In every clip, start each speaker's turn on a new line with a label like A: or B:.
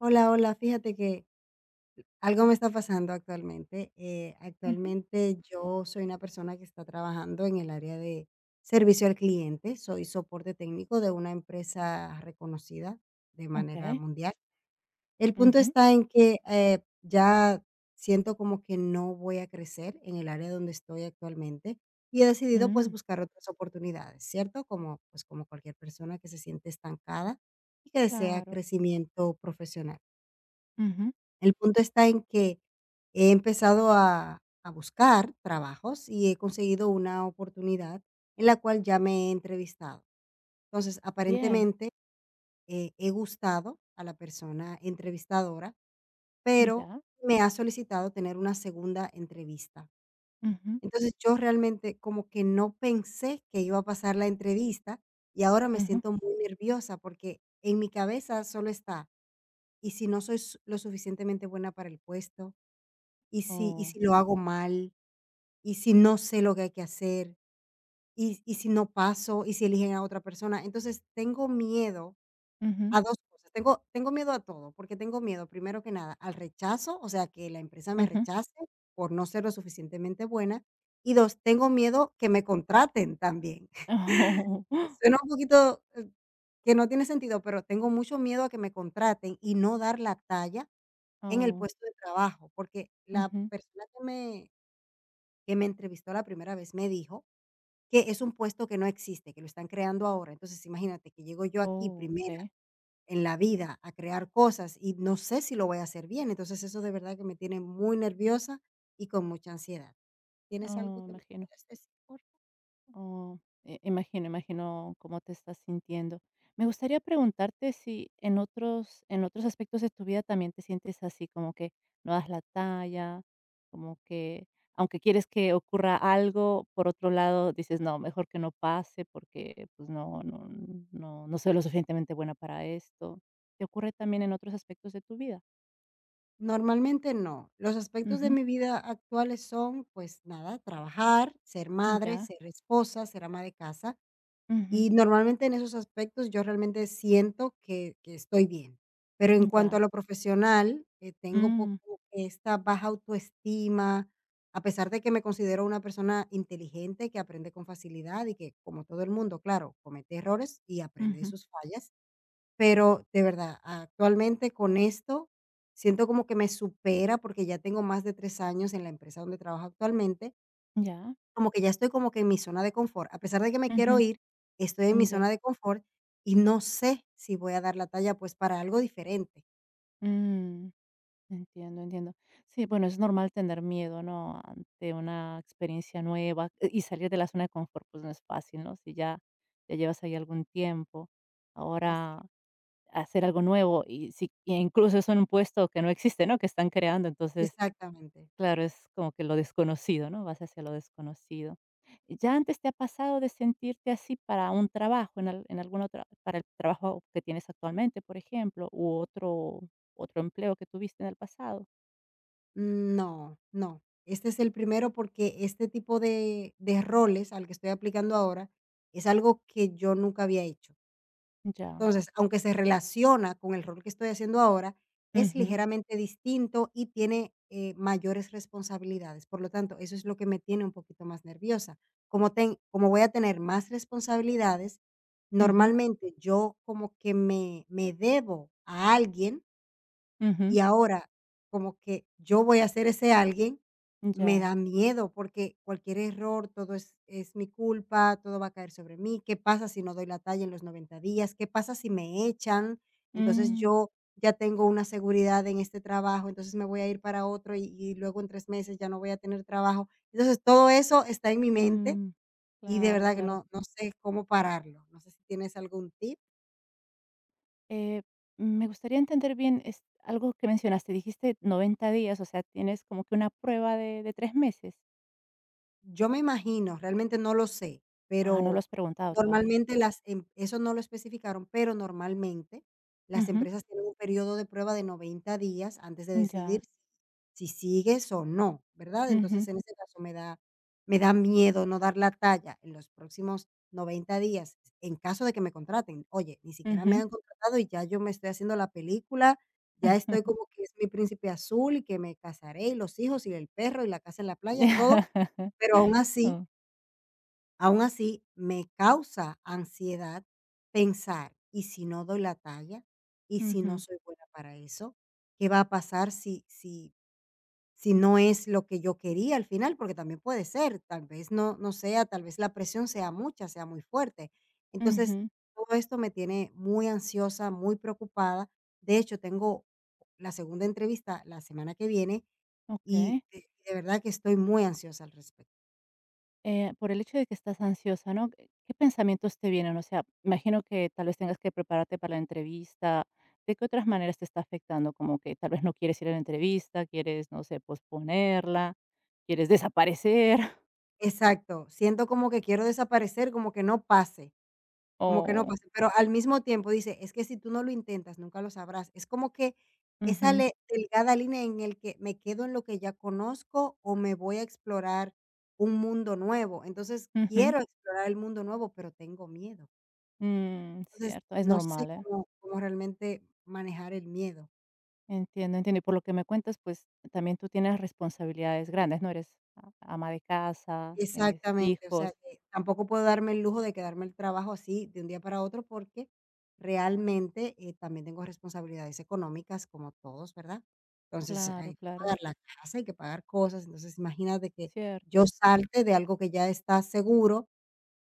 A: Hola, hola, fíjate que algo me está pasando actualmente.
B: Ujú,
A: Actualmente yo soy una persona que está trabajando en el área de servicio al cliente, soy soporte técnico de una empresa reconocida de manera
B: okey.
A: mundial. El punto
B: Ujú,
A: está en que ya siento como que no voy a crecer en el área donde estoy actualmente y he decidido pues
B: mm,
A: buscar otras oportunidades, ¿cierto? Como pues como cualquier persona que se siente estancada y que desea
B: claro.
A: crecimiento profesional.
B: Ujú,
A: El punto está en que he empezado a buscar trabajos y he conseguido una oportunidad en la cual ya me he entrevistado. Entonces,
B: bien,
A: aparentemente, he gustado a la persona entrevistadora, pero
B: ya.
A: me ha solicitado tener una segunda entrevista.
B: Ujú,
A: Entonces, yo realmente como que no pensé que iba a pasar la entrevista y ahora me
B: ujú.
A: siento muy nerviosa porque en mi cabeza solo está, ¿y si no soy s lo suficientemente buena para el puesto? ¿Y si y
B: Oh,
A: si lo hago mal? Y si no sé lo que hay que hacer? ¿Y si no paso? ¿Y si eligen a otra persona? Entonces, tengo miedo
B: ujú,
A: a 2 cosas. Tengo miedo a todo, porque tengo miedo, primero que nada, al rechazo, o sea, que la empresa me
B: ujú.
A: rechace por no ser lo suficientemente buena. Y dos, tengo miedo que me contraten también.
B: Oh,
A: Suena un poquito, que no tiene sentido, pero tengo mucho miedo a que me contraten y no dar la talla en el
B: oh,
A: puesto de trabajo, porque la
B: ujú.
A: persona que me entrevistó la primera vez me dijo que es un puesto que no existe, que lo están creando ahora. Entonces, imagínate que llego yo aquí
B: Oh,
A: primera
B: okey.
A: en la vida a crear cosas y no sé si lo voy a hacer bien. Entonces, eso de verdad que me tiene muy nerviosa y con mucha ansiedad. ¿Tienes algo
B: Oh,
A: que me
B: imagino.
A: quieras decir, por favor?
B: Oh, imagino cómo te estás sintiendo. Me gustaría preguntarte si en otros aspectos de tu vida también te sientes así, como que no das la talla, como que aunque quieres que ocurra algo, por otro lado dices, no, mejor que no pase porque pues no, no, no, no soy lo suficientemente buena para esto. ¿Te ocurre también en otros aspectos de tu vida?
A: Normalmente no. Los aspectos de
B: Ujú.
A: mi vida actuales son, pues nada, trabajar, ser madre,
B: Ya.
A: ser esposa, ser ama de casa.
B: Ujú.
A: Y normalmente en esos aspectos yo realmente siento que estoy bien. Pero en cuanto a
B: Ya.
A: lo profesional, tengo
B: Mm.
A: poco esta baja autoestima, a pesar de que me considero una persona inteligente, que aprende con facilidad y que, como todo el mundo, claro, comete errores y aprende de
B: Ujú.
A: sus fallas. Pero de verdad, actualmente con esto siento como que me supera, porque ya tengo más de 3 años en la empresa donde trabajo actualmente,
B: Ya.
A: como que ya estoy como que en mi zona de confort. A pesar de que me quiero
B: Ujú.
A: ir, estoy en mi zona
B: Ya.
A: de confort y no sé si voy a dar la talla, pues, para algo diferente.
B: Mm. Entiendo, entiendo. Sí, bueno, es normal tener miedo, ¿no? Ante una experiencia nueva y salir de la zona de confort, pues no es fácil, ¿no? Si ya llevas ahí algún tiempo, ahora
A: Así,
B: hacer algo nuevo y si e incluso es un puesto que no existe, ¿no? Que están creando, entonces,
A: exactamente.
B: claro, es como que lo desconocido, ¿no? Vas hacia lo desconocido. ¿Ya antes te ha pasado de sentirte así para un trabajo, en algún otro, para el trabajo que tienes actualmente, por ejemplo, u otro, otro empleo que tuviste en el pasado?
A: No, no. Este es el primero porque este tipo de roles al que estoy aplicando ahora es algo que yo nunca había hecho.
B: Ya.
A: Entonces, aunque se relaciona con el rol que estoy haciendo ahora, es
B: Ujú,
A: ligeramente distinto y tiene, mayores responsabilidades. Por lo tanto, eso es lo que me tiene un poquito más nerviosa. Como voy a tener más responsabilidades,
B: ujú,
A: normalmente yo como que me debo a alguien,
B: ujú.
A: y ahora, como que yo voy a ser ese alguien, me
B: Ya.
A: da miedo, porque cualquier error, todo es mi culpa, todo va a caer sobre mí. ¿Qué pasa si no doy la talla en los 90 días? ¿Qué pasa si me echan? Entonces,
B: Mm,
A: yo ya tengo una seguridad en este trabajo, entonces me voy a ir para otro, y luego en 3 meses ya no voy a tener trabajo. Entonces, todo eso está en mi mente
B: mm.
A: y de
B: Claro,
A: verdad que
B: claro.
A: no sé cómo pararlo. No sé si tienes algún tip.
B: Eh, Me gustaría entender bien, es algo que mencionaste, dijiste 90 días, o sea, tienes como que una prueba de 3 meses.
A: Yo me imagino, realmente no lo sé,
B: Ah, no lo
A: pero
B: has preguntado todavía.
A: normalmente las em eso no lo especificaron, pero normalmente las
B: Ujú.
A: empresas tienen un periodo de prueba de 90 días antes de decidir
B: Ya.
A: si sigues o no, ¿verdad? Entonces,
B: Ujú,
A: en ese caso me da miedo no dar la talla en los próximos 90 días, en caso de que me contraten. Oye, ni siquiera me
B: ujú.
A: han contratado y ya yo me estoy haciendo la película, ya estoy como que es mi príncipe azul y que me casaré y los hijos y el perro y la casa en la playa, todo, pero aún así,
B: Oh.
A: aún así me causa ansiedad pensar, ¿y si no doy la talla? ¿Y si no
B: Ujú,
A: soy buena para eso? ¿Qué va a pasar si si no es lo que yo quería al final? Porque también puede ser, tal vez no sea, tal vez la presión sea mucha, sea muy fuerte. Entonces,
B: ujú.
A: todo esto me tiene muy ansiosa, muy preocupada. De hecho, tengo la segunda entrevista la semana que viene y
B: Okey.
A: de verdad que estoy muy ansiosa al respecto.
B: Por el hecho de que estás ansiosa, ¿no? ¿Qué pensamientos te vienen? O sea, imagino que tal vez tengas que prepararte para la entrevista. ¿De qué otras maneras te está afectando? Como que tal vez no quieres ir a la entrevista, quieres, no sé, posponerla, quieres desaparecer
A: Exacto, siento como que quiero desaparecer, como que no pase, como que no
B: o...
A: pase, pero al mismo tiempo dice: "Es que si tú no lo intentas, nunca lo sabrás". Es como que esa
B: Ujú,
A: le delgada línea en el que me quedo en lo que ya conozco o me voy a explorar un mundo nuevo. Entonces,
B: ujú.
A: quiero explorar el mundo nuevo, pero tengo miedo.
B: Mm,
A: Entonces,
B: cierto, es
A: no sé
B: normal, ¿eh?
A: cómo realmente manejar el miedo.
B: Entiendo, entiendo. Y por lo que me cuentas, pues también tú tienes responsabilidades grandes, ¿no? Eres ama de casa, tienes
A: Exactamente, o sea
B: hijos.
A: que tampoco puedo darme el lujo de quedarme el trabajo así de un día para otro, porque realmente, también tengo responsabilidades económicas como todos, ¿verdad? Entonces,
B: Claro,
A: hay que
B: claro,
A: pagar la casa, hay que pagar cosas, entonces imagínate que yo
B: cierto.
A: salte de algo que ya está seguro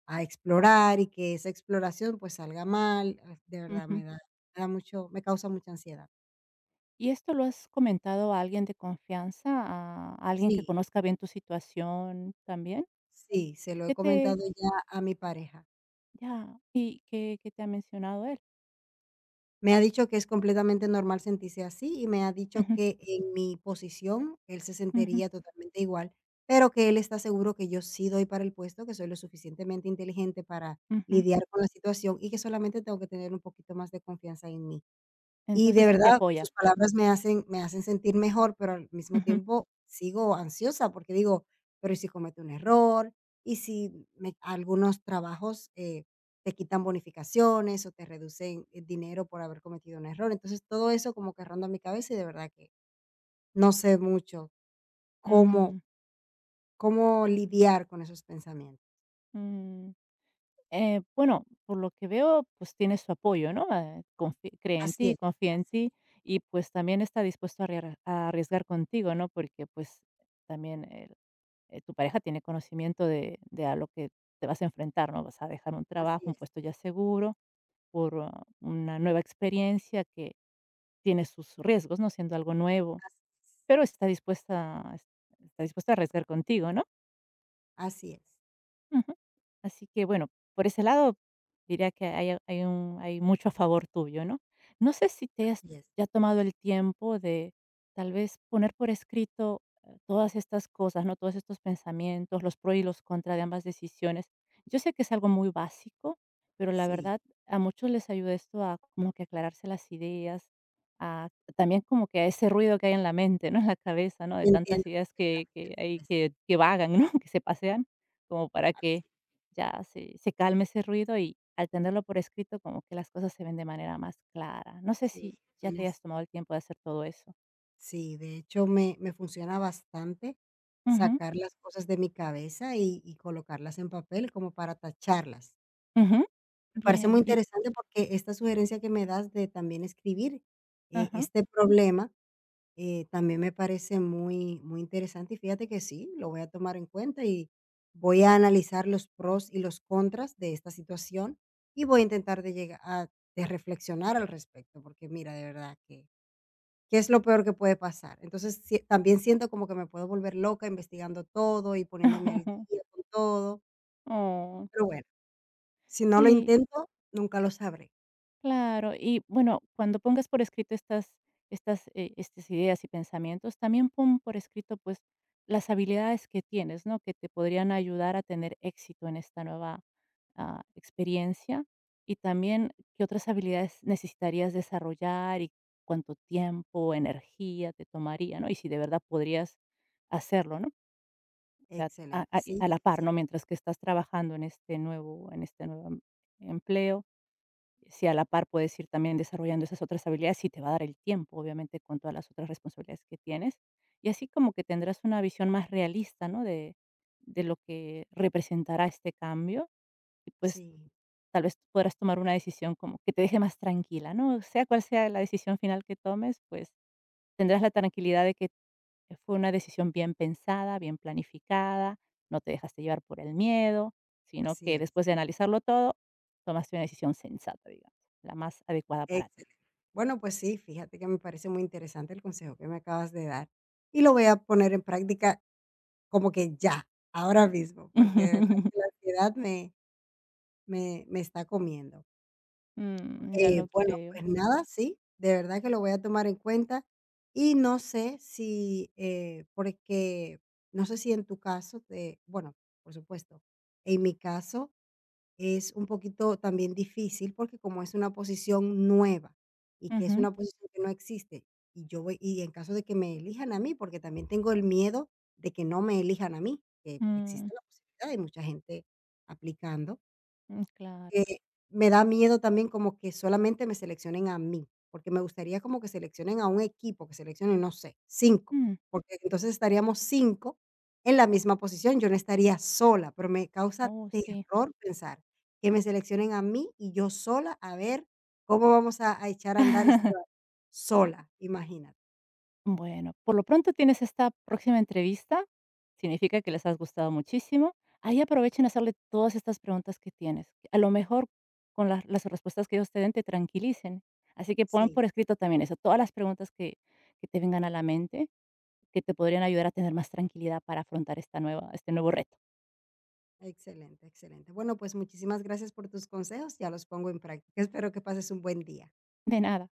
A: a explorar y que esa exploración, pues, salga mal, ah, de verdad
B: Ujú.
A: me da mucho me causa mucha ansiedad.
B: ¿Y esto lo has comentado a alguien de confianza, a alguien que
A: Sí,
B: conozca bien tu situación también?
A: sí, se lo he
B: ¿Qué te
A: comentado ya a mi pareja.
B: Ya, ¿y qué te ha mencionado él?
A: Me ha dicho que es completamente normal sentirse así y me ha dicho
B: Ujú,
A: que en mi posición él se
B: ujú,
A: sentiría totalmente igual, pero que él está seguro que yo sí doy para el puesto, que soy lo suficientemente inteligente para
B: ujú.
A: lidiar con la situación y que solamente tengo que tener un poquito más de confianza en mí. Y de
B: Entonces sí te
A: verdad,
B: apoya.
A: sus palabras me hacen sentir mejor, pero al mismo
B: Ujú.
A: tiempo sigo ansiosa, porque digo: "Pero, ¿y si cometo un error? ¿Y si me algunos trabajos, te quitan bonificaciones o te reducen el dinero por haber cometido un error?". Entonces, todo eso como que ronda mi cabeza y de verdad que no sé mucho cómo
B: Mm,
A: cómo lidiar con esos pensamientos.
B: mm. Bueno, por lo que veo, pues tiene su apoyo, ¿no? Cree en
A: Así
B: ti,
A: es,
B: confía en ti y pues también está dispuesto a arriesgar contigo, ¿no? Porque pues también tu pareja tiene conocimiento de a lo que te vas a enfrentar, ¿no? Vas a dejar un trabajo,
A: así es, así
B: un
A: es,
B: puesto ya seguro por una nueva experiencia que tiene sus riesgos, ¿no? Siendo algo nuevo,
A: así
B: pero está dispuesta a arriesgar contigo, ¿no?
A: es,
B: Ujú. Así que, bueno, por ese lado diría que hay mucho a favor tuyo, ¿no? No sé si te has
A: así es.
B: ya tomado el tiempo de, tal vez, poner por escrito, todas estas cosas, ¿no? Todos estos pensamientos, los pro y los contra de ambas decisiones. Yo sé que es algo muy básico, pero la
A: Sí,
B: verdad a muchos les ayuda esto a como que aclararse las ideas, a también como que a ese ruido que hay en la mente, ¿no? En la cabeza, ¿no? De tantas
A: entiendo
B: ideas que
A: perfectamente.
B: que hay
A: Así es,
B: que vagan, ¿no? Que se pasean como para
A: así
B: que ya se calme ese ruido, y al tenerlo por escrito, como que las cosas se ven de manera más clara. No sé
A: sí,
B: si ya te
A: tienes
B: hayas tomado el tiempo de hacer todo eso.
A: sí, de hecho, me funciona bastante
B: Ujú,
A: sacar las cosas de mi cabeza y colocarlas en papel como para tacharlas.
B: ujú,
A: Me parece muy
B: bien, y
A: interesante porque esta sugerencia que me das de también escribir,
B: ajá.
A: este problema, también me parece muy muy interesante, y fíjate que sí, lo voy a tomar en cuenta y voy a analizar los pros y los contras de esta situación, y voy a intentar de llegar a de reflexionar al respecto, porque mira, de verdad que ¿qué es lo peor que puede pasar? Entonces, sí, también siento como que me puedo volver loca investigando todo y poniéndome al día con todo,
B: Oh,
A: pero bueno, si no lo
B: sí.
A: intento, nunca lo sabré.
B: Claro, y bueno, cuando pongas por escrito estas ideas y pensamientos, también pon por escrito pues las habilidades que tienes, ¿no? Que te podrían ayudar a tener éxito en esta nueva experiencia y también qué otras habilidades necesitarías desarrollar y cuánto tiempo, energía te tomaría, ¿no? Y si de verdad podrías hacerlo, ¿no? O sea, a,
A: Excelente,
B: a-
A: sí,
B: a la
A: sí,
B: par,
A: sí,
B: ¿no? Mientras que estás trabajando en este nuevo empleo, si a la par puedes ir también desarrollando esas otras habilidades, y te va a dar el tiempo, obviamente, con todas las otras responsabilidades que tienes. Y así como que tendrás una visión más realista, ¿no? De lo que representará este cambio y pues
A: sí,
B: tal vez podrás tomar una decisión como que te deje más tranquila, ¿no? Sea cual sea la decisión final que tomes, pues tendrás la tranquilidad de que fue una decisión bien pensada, bien planificada, no te dejaste llevar por el miedo, sino
A: así
B: que
A: es,
B: después de analizarlo todo, tomaste una decisión sensata, digamos, la más adecuada para ti.
A: excelente. Bueno, pues sí, fíjate que me parece muy interesante el consejo que me acabas de dar y lo voy a poner en práctica como que ya, ahora mismo, porque de verdad que la ansiedad me está comiendo.
B: Mm, ya lo
A: Bueno,
B: creo.
A: pues nada, sí, de verdad que lo voy a tomar en cuenta. Y no sé si, porque no sé si en tu caso, bueno, por supuesto, en mi caso es un poquito también difícil porque como es una posición nueva y que es
B: Ujú,
A: una posición que no existe, y yo voy, y en caso de que me elijan a mí, porque también tengo el miedo de que no me elijan a mí, que
B: mm,
A: existe la posibilidad, hay mucha gente aplicando.
B: mm, claro.
A: Eh, Me da miedo también como que solamente me seleccionen a mí, porque me gustaría como que seleccionen a un equipo, que seleccionen, no sé, cinco,
B: Mm,
A: porque entonces estaríamos 5 en la misma posición, yo no estaría sola, pero me
B: s
A: causa
B: oh, sí.
A: terror pensar que me seleccionen a mí y yo sola a ver cómo vamos a echar a andar este barco sola, imagínate.
B: Bueno, por lo pronto tienes esta próxima entrevista, significa que les has gustado muchísimo. Ahí aprovechen a hacerle todas estas preguntas que tienes. A lo mejor con las respuestas que ellos te den te tranquilicen. Así que pon
A: Sí,
B: por escrito también eso, todas las preguntas que te vengan a la mente, que te podrían ayudar a tener más tranquilidad para afrontar esta nueva, este nuevo reto.
A: excelente, excelente. Bueno, pues muchísimas gracias por tus consejos, ya los pongo en práctica. Espero que pases un buen día.
B: De nada.